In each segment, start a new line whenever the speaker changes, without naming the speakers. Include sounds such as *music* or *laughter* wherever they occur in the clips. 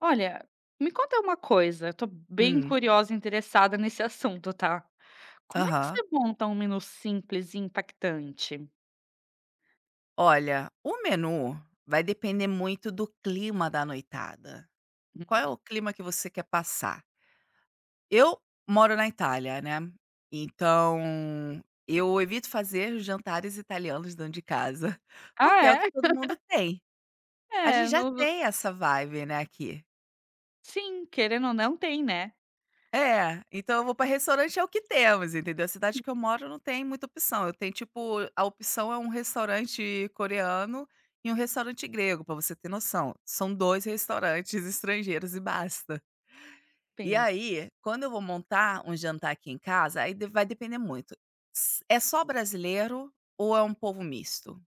Olha, me conta uma coisa, eu tô bem
Hum,
curiosa e interessada nesse assunto, tá? Como é que
aham.
você monta um menu simples e impactante?
Olha, o menu vai depender muito do clima da noitada. Qual é
Hum.
o clima que você quer passar? Eu moro na Itália, né, então eu evito fazer jantares italianos dentro de casa, *laughs* porque é o
Ah,
que
é?
todo mundo tem. A gente
É,
já
no
tem essa vibe, né, aqui.
sim, querendo ou não tem, né?
É, então eu vou para restaurante, é o que temos, entendeu? A cidade que eu moro não tem muita opção. Eu tenho tipo, a opção é um restaurante coreano e um restaurante grego, para você ter noção. São 2 restaurantes *laughs* estrangeiros e basta. E
Tem.
aí, quando eu vou montar um jantar aqui em casa, aí de vai depender muito. S é só brasileiro ou é um povo misto?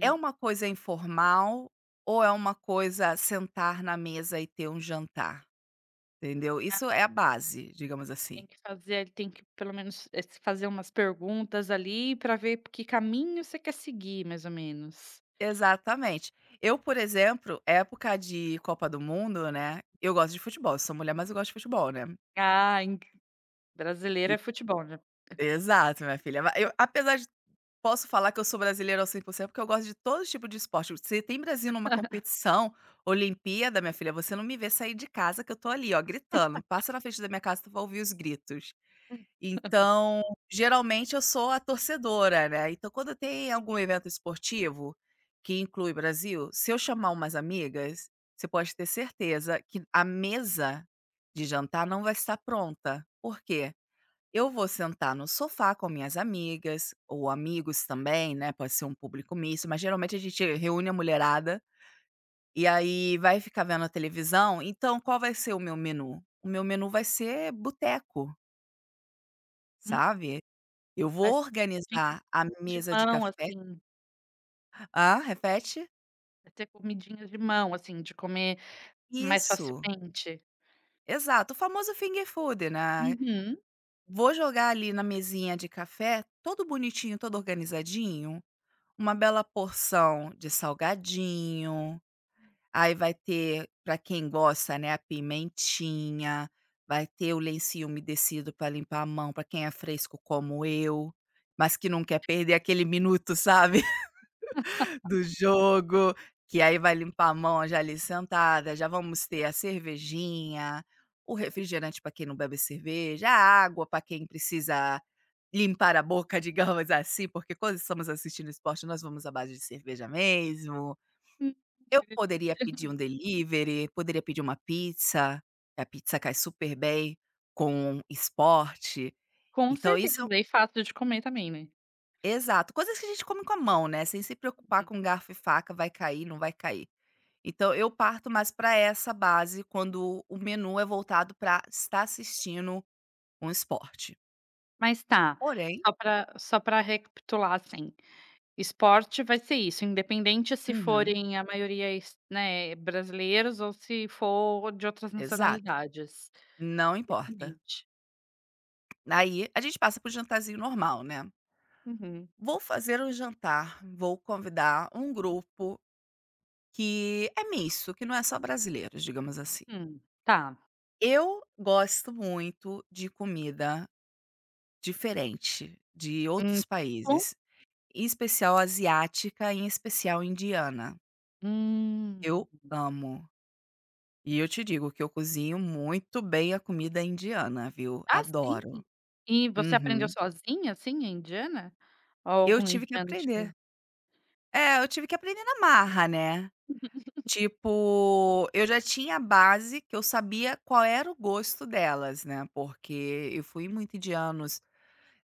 É uma coisa informal ou é uma coisa sentar na mesa e ter um jantar, entendeu? Isso é a base, digamos assim.
Tem que pelo menos, se fazer umas perguntas ali pra ver que caminho você quer seguir, mais ou menos.
Exatamente. Eu, por exemplo, época de Copa do Mundo, né, eu gosto de futebol, eu sou mulher, mas eu gosto de futebol, né.
Ah, en Brasileiro
E
é futebol, né?
Exato, minha filha. Ma eu apesar de Posso falar que eu sou brasileira ao 100%, porque eu gosto de todo tipo de esporte. Se tem Brasil numa competição, Olimpíada, minha filha, você não me vê sair de casa, que eu tô ali, ó, gritando. Passa na frente da minha casa, tu vai ouvir os gritos. Então, geralmente eu sou a torcedora, né? Então, quando tem algum evento esportivo que inclui Brasil, se eu chamar umas amigas, você pode ter certeza que a mesa de jantar não vai estar pronta. Por quê? Eu vou sentar no sofá com minhas amigas, ou amigos também, né, pode ser um público misto, mas geralmente a gente reúne a mulherada, e aí vai ficar vendo a televisão. Então qual vai ser o meu menu? O meu menu vai ser boteco,
Hum,
sabe. Eu
mas
vou
tinha
organizar a
de
mesa de
mão,
café.
assim,
Ah, repete?
vai ter comidinhas de mão, assim, de comer mais
Isso,
facilmente?
exato, o famoso finger food, né.
Uhum.
Vou jogar ali na mesinha de café, todo bonitinho, todo organizadinho, uma bela porção de salgadinho. Aí vai ter, para quem gosta, né, a pimentinha, vai ter o lencinho umedecido para limpar a mão, para quem é fresco como eu, mas que não quer perder aquele minuto, sabe, *laughs* do jogo, que aí vai limpar a mão já ali sentada. Já vamos ter a cervejinha, o refrigerante para quem não bebe cerveja, a água para quem precisa limpar a boca, *laughs* digamos assim, porque quando estamos assistindo esporte, nós vamos à base de cerveja mesmo.
Hum,
Eu
que
poderia
delícia.
pedir um delivery, poderia pedir uma pizza, a pizza cai super bem com esporte,
Com
então isso
certeza,
é um
e fácil de comer também, né.
exato, coisas que a gente come com a mão, né, sem se preocupar com garfo e faca, vai cair, não vai cair. Então eu parto mais pra essa base quando o menu é voltado pra estar assistindo um esporte.
Mas tá,
Porém
só pra recapitular, assim, esporte vai ser isso, independente se
Uhum,
forem a maioria brasileiros ou se for de outras
exato,
nacionalidades,
não importa.
independente.
Aí a gente passa para o jantarzinho normal, né.
Uhum.
Vou fazer um jantar, vou convidar um grupo que é misto, que não é só brasileiros, digamos assim.
Tá.
Eu gosto muito de comida diferente, de
Hum,
outros
bom.
países, em especial asiática, em especial indiana.
Hum.
Eu amo. E eu te digo que eu cozinho muito bem a comida indiana, viu?
Ah, sim?
Adoro.
E você aprendeu
Uhum.
sozinha, assim, a indiana? Ou
Eu
algum
tive que
indiano te...
aprender. É, eu tive que aprender na marra, né? Tipo, eu já tinha a base, que eu sabia qual era o gosto delas, né, porque eu fui muito indianos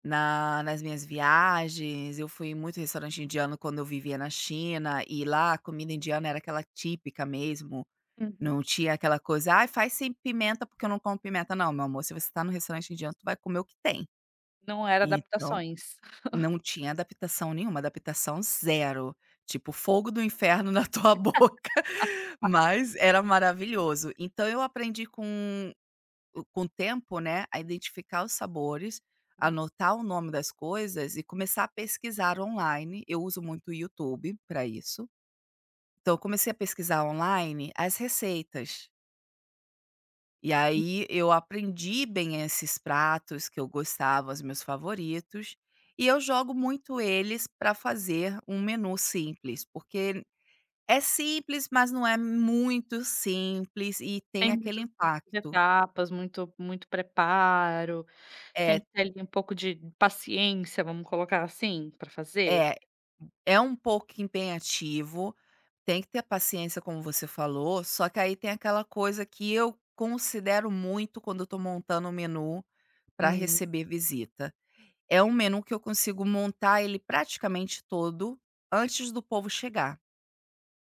na nas minhas viagens, eu fui em muito restaurante indiano quando eu vivia na China, e lá a comida indiana era aquela típica mesmo,
Uhum.
não tinha aquela coisa: "Ai, faz sem pimenta, porque eu não como pimenta". Não, meu amor, se você tá no restaurante indiano, tu vai comer o que tem.
Não era
Então
adaptações.
não tinha adaptação nenhuma, adaptação zero, tipo fogo do inferno na tua *laughs* boca, mas era maravilhoso. Então eu aprendi com o tempo, né, a identificar os sabores, anotar o nome das coisas e começar a pesquisar online. Eu uso muito o YouTube para isso. Então eu comecei a pesquisar online as receitas. E
Não
aí eu aprendi bem esses pratos que eu gostava, os meus favoritos, e eu jogo muito eles para fazer um menu simples, porque é simples, mas não é muito simples e tem
tem
aquele
muito muitas
impacto.
etapas, muito preparo, tem
É,
que ter ali um pouco de paciência, vamos colocar assim, pra fazer.
é, é um pouco empenhativo, tem que ter paciência, como você falou, só que aí tem aquela coisa que eu considero muito quando eu tô montando um menu para
Hum.
receber visita. É um menu que eu consigo montar ele praticamente todo antes do povo chegar.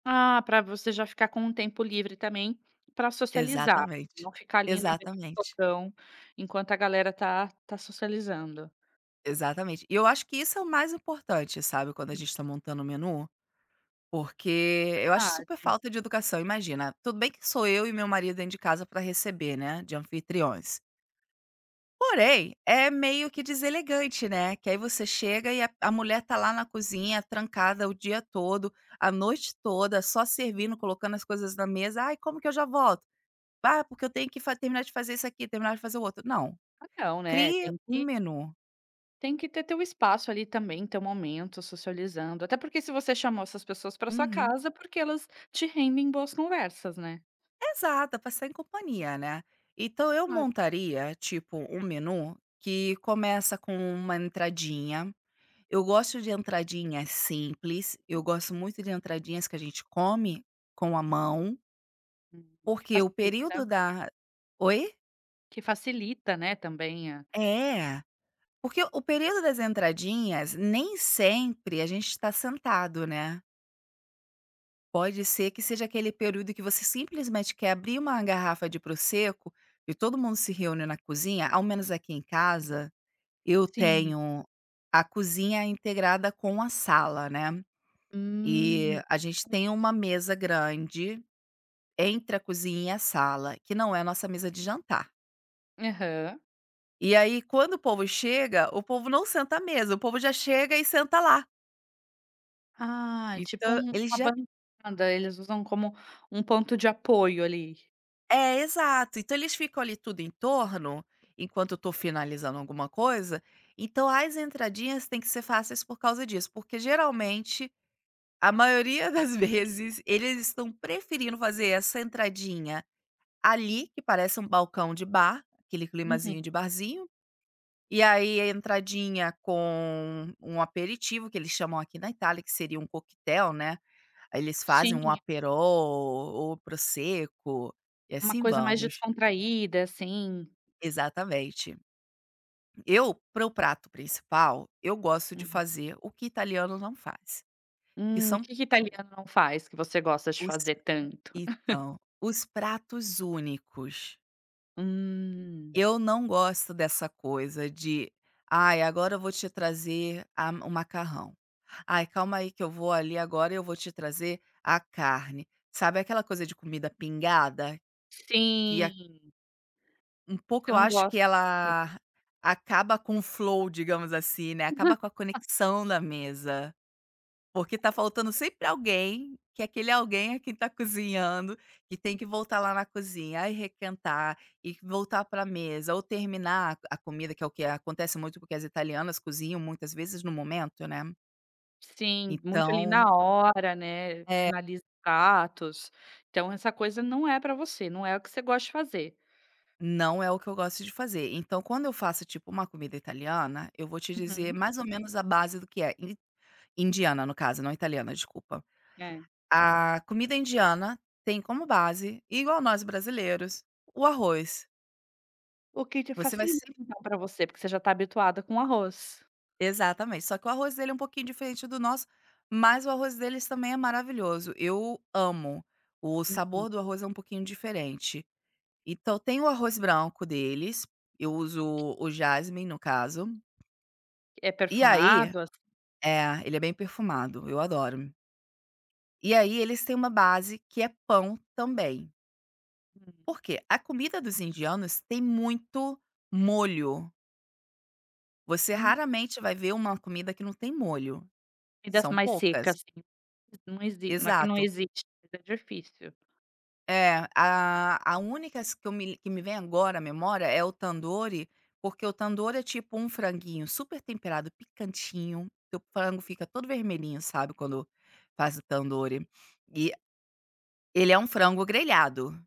Ah, pra você já ficar com um tempo livre também pra socializar,
Exatamente.
não ficar ali na beira do
Exatamente.
fogão enquanto a galera tá socializando.
Exatamente. E eu acho que isso é o mais importante, sabe, quando a gente tá montando o menu, porque eu acho super
Verdade.
falta de educação. Imagina, tudo bem que sou eu e meu marido dentro de casa pra receber, né, de anfitriões. Porém, é meio que deselegante, né, que aí você chega e a mulher tá lá na cozinha trancada o dia todo, a noite toda, só servindo, colocando as coisas na mesa: "Ai, como que eu já volto? Ah, porque eu tenho que fa terminar de fazer isso aqui, terminar de fazer o outro". Não,
Ah, não, né,
crie
tem
um
que...
menu.
Tem que ter teu espaço ali também, teu momento socializando, até porque se você chamou essas pessoas para sua
Uhum.
casa, porque elas te rendem boas conversas, né.
Exato, é pra estar em companhia, né. Então eu
Claro.
montaria, tipo, um menu que começa com uma entradinha. Eu gosto de entradinhas simples, eu gosto muito de entradinhas que a gente come com a mão,
Hum, que
porque o
facili
período da oi?
que facilita, né, também a...
É, porque o período das entradinhas nem sempre a gente está sentado, né. Pode ser que seja aquele período que você simplesmente quer abrir uma garrafa de prosecco e todo mundo se reúne na cozinha. Ao menos aqui em casa, eu
Sim.
tenho a cozinha integrada com a sala, né. E
Hum.
a gente tem uma mesa grande entre a cozinha e a sala, que não é a nossa mesa de jantar.
Aham.
E aí, quando o povo chega, o povo não senta à mesa, o povo já chega e senta lá.
Ah, é tipo
Então,
um,
eles
uma
já
bancada, eles usam como um ponto de apoio ali.
é, exato. Então eles ficam ali tudo em torno, enquanto eu tô finalizando alguma coisa. Então as entradinhas têm que ser fáceis por causa disso, porque geralmente, a maioria das *laughs* vezes, eles estão preferindo fazer essa entradinha ali, que parece um balcão de bar, aquele
Uhum.
climazinho de barzinho, e aí a entradinha com um aperitivo, que eles chamam aqui na Itália, que seria um coquetel, né, aí eles fazem
Sim,
um aperol ou prosecco, e
uma
assim
coisa mais
vamos.
descontraída, assim.
Exatamente. Eu, para o prato principal, eu gosto de
Hum,
fazer o que italiano não faz, que
o
são
que que italiano não faz que você gosta de
os
fazer tanto?
então, os pratos únicos.
Hum.
Eu não gosto dessa coisa de: "Ai, agora eu vou te trazer a o macarrão. Ai, calma aí que eu vou ali agora, e eu vou te trazer a carne". Sabe aquela coisa de comida pingada? Que a
Sim,
Um pouco
você
eu
não
acho que
gosta tipo...
ela acaba com o flow, digamos assim, né, acaba com a conexão da mesa. Porque tá faltando sempre alguém, que é aquele alguém é quem tá cozinhando, que tem que voltar lá na cozinha, e requentar e voltar pra mesa ou terminar a comida, que é o que acontece muito, porque as italianas cozinham muitas vezes no momento, né.
Sim, muito ali
Então
na hora, né,
é,
finaliza pratos. Então essa coisa não é pra você, não é o que você gosta de fazer.
não é o que eu gosto de fazer. Então quando eu faço, tipo, uma comida italiana, eu vou te dizer
Uhum,
mais ou menos a base do que é. In Indiana, no caso, não italiana, desculpa.
é.
A comida indiana tem como base, igual nós brasileiros, o arroz.
O que te
Você vai
facilita
sempre
então pra você, porque você já tá habituada com arroz.
exatamente, só que o arroz dele é um pouquinho diferente do nosso, mas o arroz deles também é maravilhoso, eu amo. O
Hum,
sabor do arroz é um pouquinho diferente. Então tem o arroz branco deles, eu uso o jasmine no caso,
é
e aí
perfumado, assim?
é, ele é bem perfumado, eu adoro. E aí eles têm uma base que é pão também.
Uhum.
Por quê? A comida dos indianos tem muito molho, você
Hum,
raramente vai ver uma comida que não tem molho,
comidas
são
mais
poucas.
secas, assim, não exi aqui não
Exato.
existe, mas é difícil.
É, a única s que eu me que me vem agora à memória é o tandoori, porque o tandoori é tipo um franguinho super temperado, picantinho, que o frango fica todo vermelhinho, sabe, quando faz o tandoori. E ele é um frango grelhado,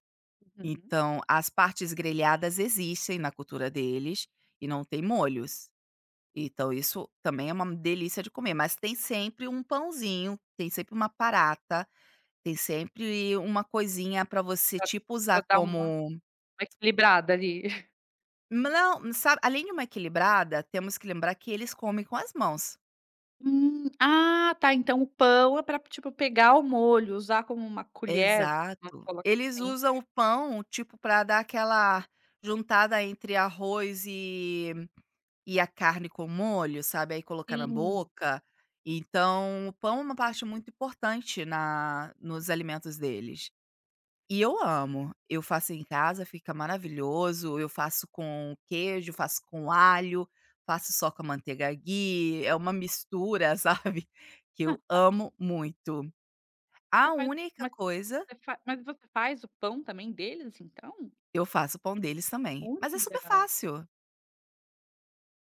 Uhum.
então as partes grelhadas existem na cultura deles e não tem molhos. Então isso também é uma delícia de comer, mas tem sempre um pãozinho, tem sempre uma parata, tem sempre uma coisinha para você,
Pra
tipo,
pra
usar
dar uma
como.
uma equilibrada ali. *laughs*
Não, sabe, além de uma equilibrada, temos que lembrar que eles comem com as mãos.
Hum. Ah, tá, então o pão é pra, tipo, pegar o molho, usar como uma colher. Não
Exato.
coloca
Eles
assim.
usam o pão, tipo, para dar aquela juntada entre arroz e a carne com molho, sabe, aí colocar na
Sim.
boca. Então, o pão é uma parte muito importante na nos alimentos deles. E eu amo. Eu faço em casa, fica maravilhoso. Eu faço com queijo, faço com alho, faço só com a manteiga ghee, é uma mistura, *laughs* sabe, que eu amo muito.
Você
A
faz
única
mas
coisa
você fa mas você faz o pão também deles, então?
Eu faço pão deles também, mas é super
Olha!
fácil,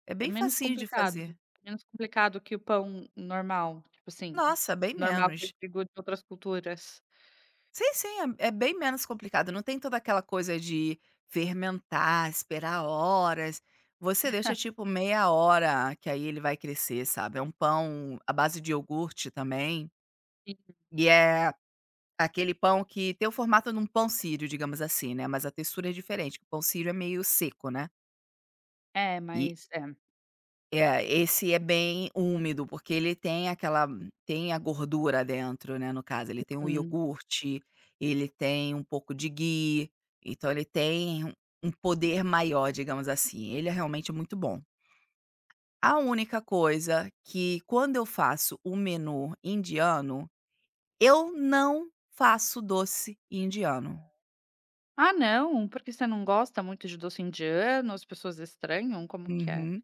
é
É
bem
menos
facinho de
complicado.
fazer.
É menos complicado que o pão normal, tipo assim,
Nossa, bem
normal que
menos.
eu digo de outras culturas.
Sim, sim, é bem menos complicado, não tem toda aquela coisa de fermentar, esperar horas. Você deixa tipo meia hora que aí ele vai crescer, sabe. É um pão à base de iogurte também,
Sim.
e é aquele pão que tem o formato de um pão sírio, digamos assim, né, mas a textura é diferente, que o pão sírio é meio seco, né.
É, mas é.
É, esse é bem úmido, porque ele tem aquela, tem a gordura dentro, né, no caso, ele tem o
Hum.
iogurte, ele tem um pouco de ghee, então ele tem um um poder maior, digamos assim. Ele é realmente muito bom. A única coisa, que quando eu faço o menu indiano, eu não faço doce indiano.
Ah, não? Porque você não gosta muito de doce indiano, as pessoas estranham? Como que é?
Uhum.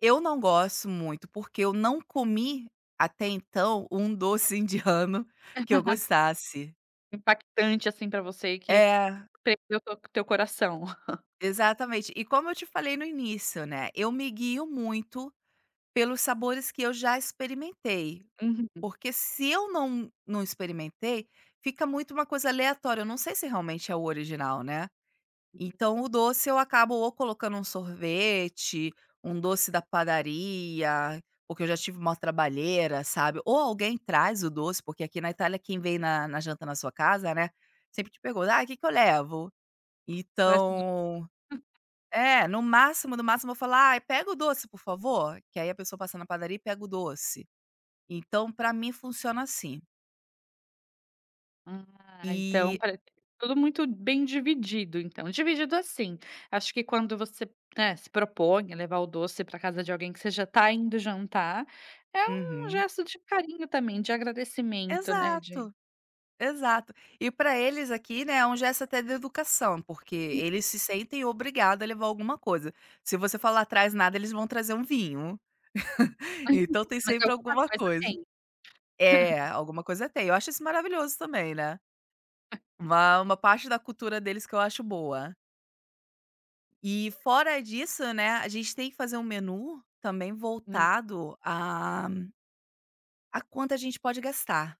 Eu não gosto muito, porque eu não comi até então um doce *laughs* indiano que eu gostasse.
Impactante, assim, pra você e que
É,
prendeu o teu coração. Uhum.
exatamente. E como eu te falei no início, né, eu me guio muito pelos sabores que eu já experimentei,
*laughs*
porque se eu não não experimentei, fica muito uma coisa aleatória, eu não sei se realmente é o original, né. Então o doce eu acabo ou colocando um sorvete, um doce da padaria, porque eu já tive mó trabalheira, sabe, ou alguém traz o doce, porque aqui na Itália quem vem na janta na sua casa, né, sempre te pergunta: "Ah, o que que eu levo?".
Traz...
Então é, no máximo, no máximo eu vou falar: "Ai, pega o doce, por favor", que aí a pessoa passa na padaria e pega o doce. Então, pra mim funciona assim.
Ah, então
E
pare, tudo muito bem dividido então. Dividido assim, acho que quando você, né, se propõe a levar o doce para casa de alguém que você já está indo jantar, é um
Uhum.
gesto de carinho também, de agradecimento, né, de...
Exato, exato. E pra eles aqui, né, é um gesto até de educação, porque eles se sentem obrigados a levar alguma coisa. Se você falar: "Traz nada", eles vão trazer um vinho. *laughs* Então tem
*laughs* mas
sempre
alguma
alguma
coisa
coisa.
tem.
É, alguma coisa tem. Eu acho isso maravilhoso também, né. Uma parte da cultura deles que eu acho boa. E fora disso, né, a gente tem que fazer um menu também
Hum.
voltado a quanto a gente pode gastar.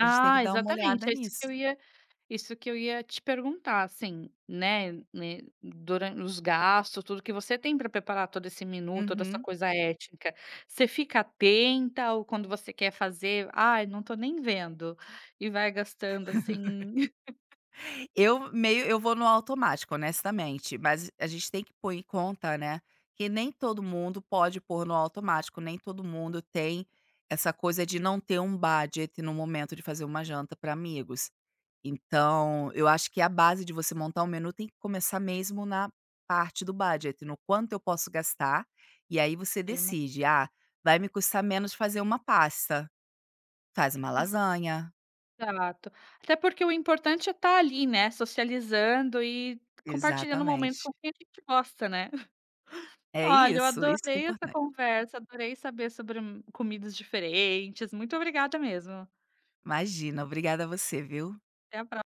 A gente tem que dar uma olhada
exatamente, é isso
nisso.
que eu ia... Isso que eu ia te perguntar, assim, né, duran os gastos, tudo que você tem para preparar todo esse menu, toda essa
Uhum.
coisa étnica, você fica atenta ou quando você quer fazer: "Ai, não tô nem vendo", e vai gastando, assim. *laughs*
Eu meio eu vou no automático, honestamente, mas a gente tem que pôr em conta, né, que nem todo mundo pode pôr no automático, nem todo mundo tem essa coisa de não ter um budget no momento de fazer uma janta para amigos. Então, eu acho que a base de você montar um menu tem que começar mesmo na parte do budget, no quanto eu posso gastar, e aí você
Ele é uma...
decide: "Ah, vai me custar menos fazer uma pasta", faz uma lasanha.
Exato. Até porque o importante é estar ali, né, socializando e compartilhando momentos
Exatamente.
com quem a gente gosta, né. *laughs*
É
Olha, eu
isso, isso que é
adorei essa
importante.
conversa, adorei saber sobre comidas diferentes. Muito obrigada mesmo.
Imagina, obrigada a você, viu.
Até a próxima.